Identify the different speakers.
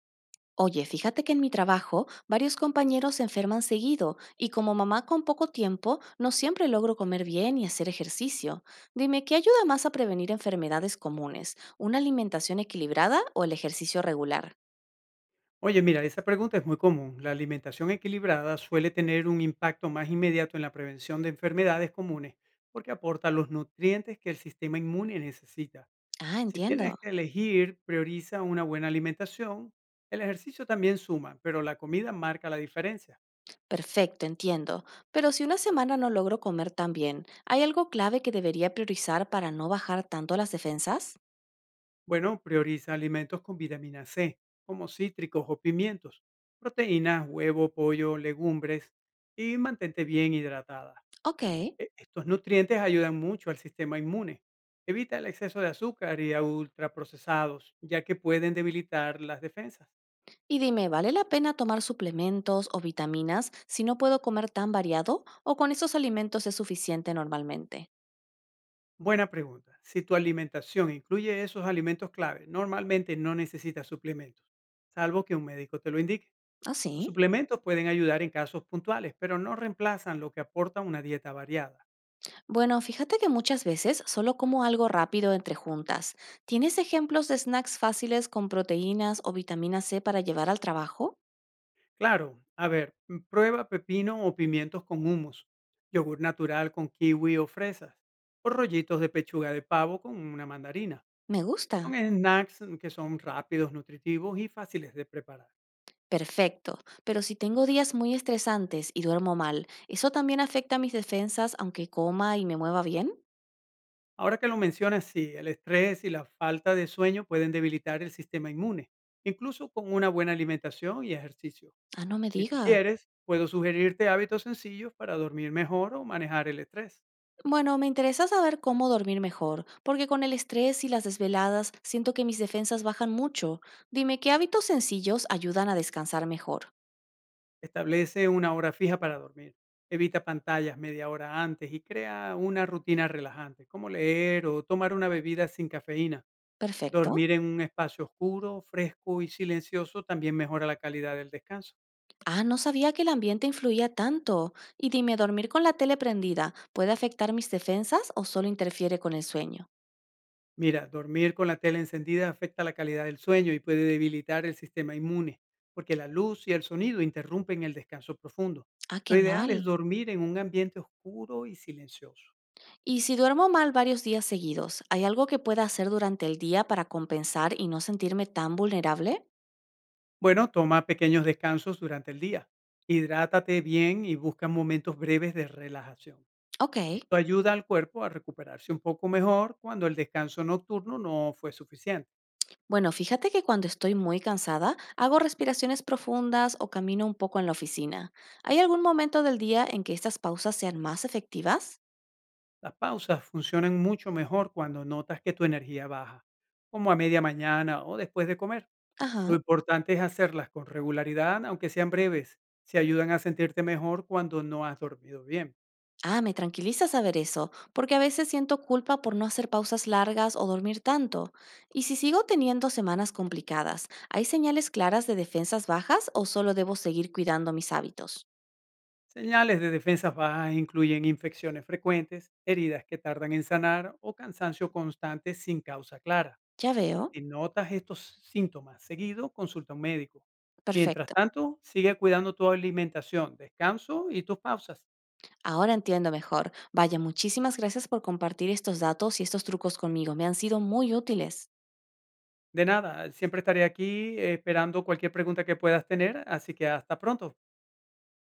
Speaker 1: Oye, fíjate que en mi trabajo varios compañeros se enferman seguido y como mamá con poco tiempo no siempre logro comer bien y hacer ejercicio. Dime, ¿qué ayuda más a prevenir enfermedades comunes? ¿Una alimentación equilibrada o el ejercicio regular?
Speaker 2: Oye, mira, esta pregunta es muy común. La alimentación equilibrada suele tener un impacto más inmediato en la prevención de enfermedades comunes porque aporta los nutrientes que el sistema inmune necesita.
Speaker 1: Ah,
Speaker 2: Si tienes
Speaker 1: entiendo.
Speaker 2: que elegir, prioriza una buena alimentación. El ejercicio también suma, pero la comida marca la diferencia.
Speaker 1: Perfecto, entiendo. Pero si una semana no logro comer tan bien, ¿hay algo clave que debería priorizar para no bajar tanto las defensas?
Speaker 2: Bueno, prioriza alimentos con vitamina C, como cítricos o pimientos, proteínas, huevo, pollo, legumbres y mantente bien hidratada.
Speaker 1: Ok.
Speaker 2: E estos nutrientes ayudan mucho al sistema inmune. Evita el exceso de azúcar y a ultraprocesados, ya que pueden debilitar las defensas.
Speaker 1: Y dime, ¿vale la pena tomar suplementos o vitaminas si no puedo comer tan variado o con esos alimentos es suficiente normalmente?
Speaker 2: Buena pregunta. Si tu alimentación incluye esos alimentos clave, normalmente no necesitas suplementos, salvo que un médico te lo indique.
Speaker 1: ¿Ah,
Speaker 2: Los
Speaker 1: sí?
Speaker 2: suplementos pueden ayudar en casos puntuales, pero no reemplazan lo que aporta una dieta variada.
Speaker 1: Bueno, fíjate que muchas veces solo como algo rápido entre juntas. ¿Tienes ejemplos de snacks fáciles con proteínas o vitamina C para llevar al trabajo?
Speaker 2: Claro, a ver, mm, prueba pepino o pimientos con humus, yogur natural con kiwi o fresas, o rollitos de pechuga de pavo con una mandarina.
Speaker 1: Me
Speaker 2: Son
Speaker 1: gusta.
Speaker 2: snacks que son rápidos, nutritivos y fáciles de preparar.
Speaker 1: Perfecto, pero si tengo días muy estresantes y duermo mal, ¿eso también afecta mis defensas aunque coma y me mueva bien?
Speaker 2: Ahora que lo mencionas, sí, el estrés y la falta de sueño pueden debilitar el sistema inmune, incluso con una buena alimentación y ejercicio.
Speaker 1: Ah, no me
Speaker 2: Si tú
Speaker 1: digas.
Speaker 2: quieres, puedo sugerirte hábitos sencillos para dormir mejor o manejar el estrés.
Speaker 1: Bueno, me interesa saber cómo dormir mejor, porque con el estrés y las desveladas siento que mis defensas bajan mucho. Dime, ¿qué hábitos sencillos ayudan a descansar mejor?
Speaker 2: Establece una hora fija para dormir. Evita pantallas media hora antes y crea una rutina relajante, como leer o tomar una bebida sin cafeína.
Speaker 1: Perfecto.
Speaker 2: Dormir en un espacio oscuro, fresco y silencioso también mejora la calidad del descanso.
Speaker 1: Ah, no sabía que el ambiente influía tanto. Y dime, ¿dormir con la tele prendida puede afectar mis defensas o solo interfiere con el sueño?
Speaker 2: Mira, dormir con la tela encendida afecta la calidad del sueño y puede debilitar el sistema inmune, porque la luz y el sonido interrumpen el descanso profundo.
Speaker 1: Ah, qué
Speaker 2: Lo ideal es
Speaker 1: mal.
Speaker 2: dormir en un ambiente oscuro y silencioso.
Speaker 1: Y si duermo mal varios días seguidos, ¿hay algo que pueda hacer durante el día para compensar y no sentirme tan vulnerable?
Speaker 2: Bueno, toma pequeños descansos durante el día. Hidrátate bien y busca momentos breves de relajación.
Speaker 1: Ok.
Speaker 2: Esto ayuda al cuerpo a recuperarse un poco mejor cuando el descanso nocturno no fue suficiente.
Speaker 1: Bueno, fíjate que cuando estoy muy cansada, hago respiraciones profundas o camino un poco en la oficina. ¿Hay algún momento del día en que estas pausas sean más efectivas?
Speaker 2: Las pausas funcionan mucho mejor cuando notas que tu energía baja, como a media mañana o después de comer. Lo
Speaker 1: Ajá.
Speaker 2: importante es hacerlas con regularidad, aunque sean breves. Se ayudan a sentirte mejor cuando no has dormido bien.
Speaker 1: Ah, me tranquiliza saber eso, porque a veces siento culpa por no hacer pausas largas o dormir tanto. Y si sigo teniendo semanas complicadas, ¿hay señales claras de defensas bajas o solo debo seguir cuidando mis hábitos?
Speaker 2: Señales de defensas bajas incluyen infecciones frecuentes, heridas que tardan en sanar o cansancio constante sin causa clara.
Speaker 1: Ya veo.
Speaker 2: Si notas estos síntomas seguido, consulta a un médico. Mientras
Speaker 1: Perfecto.
Speaker 2: tanto, sigue cuidando tu alimentación, descanso y tus pausas.
Speaker 1: Ahora entiendo mejor. Vaya, muchísimas gracias por compartir estos datos y estos trucos conmigo. Me han sido muy útiles.
Speaker 2: De nada, siempre estaré aquí esperando cualquier pregunta que puedas tener, así que hasta pronto.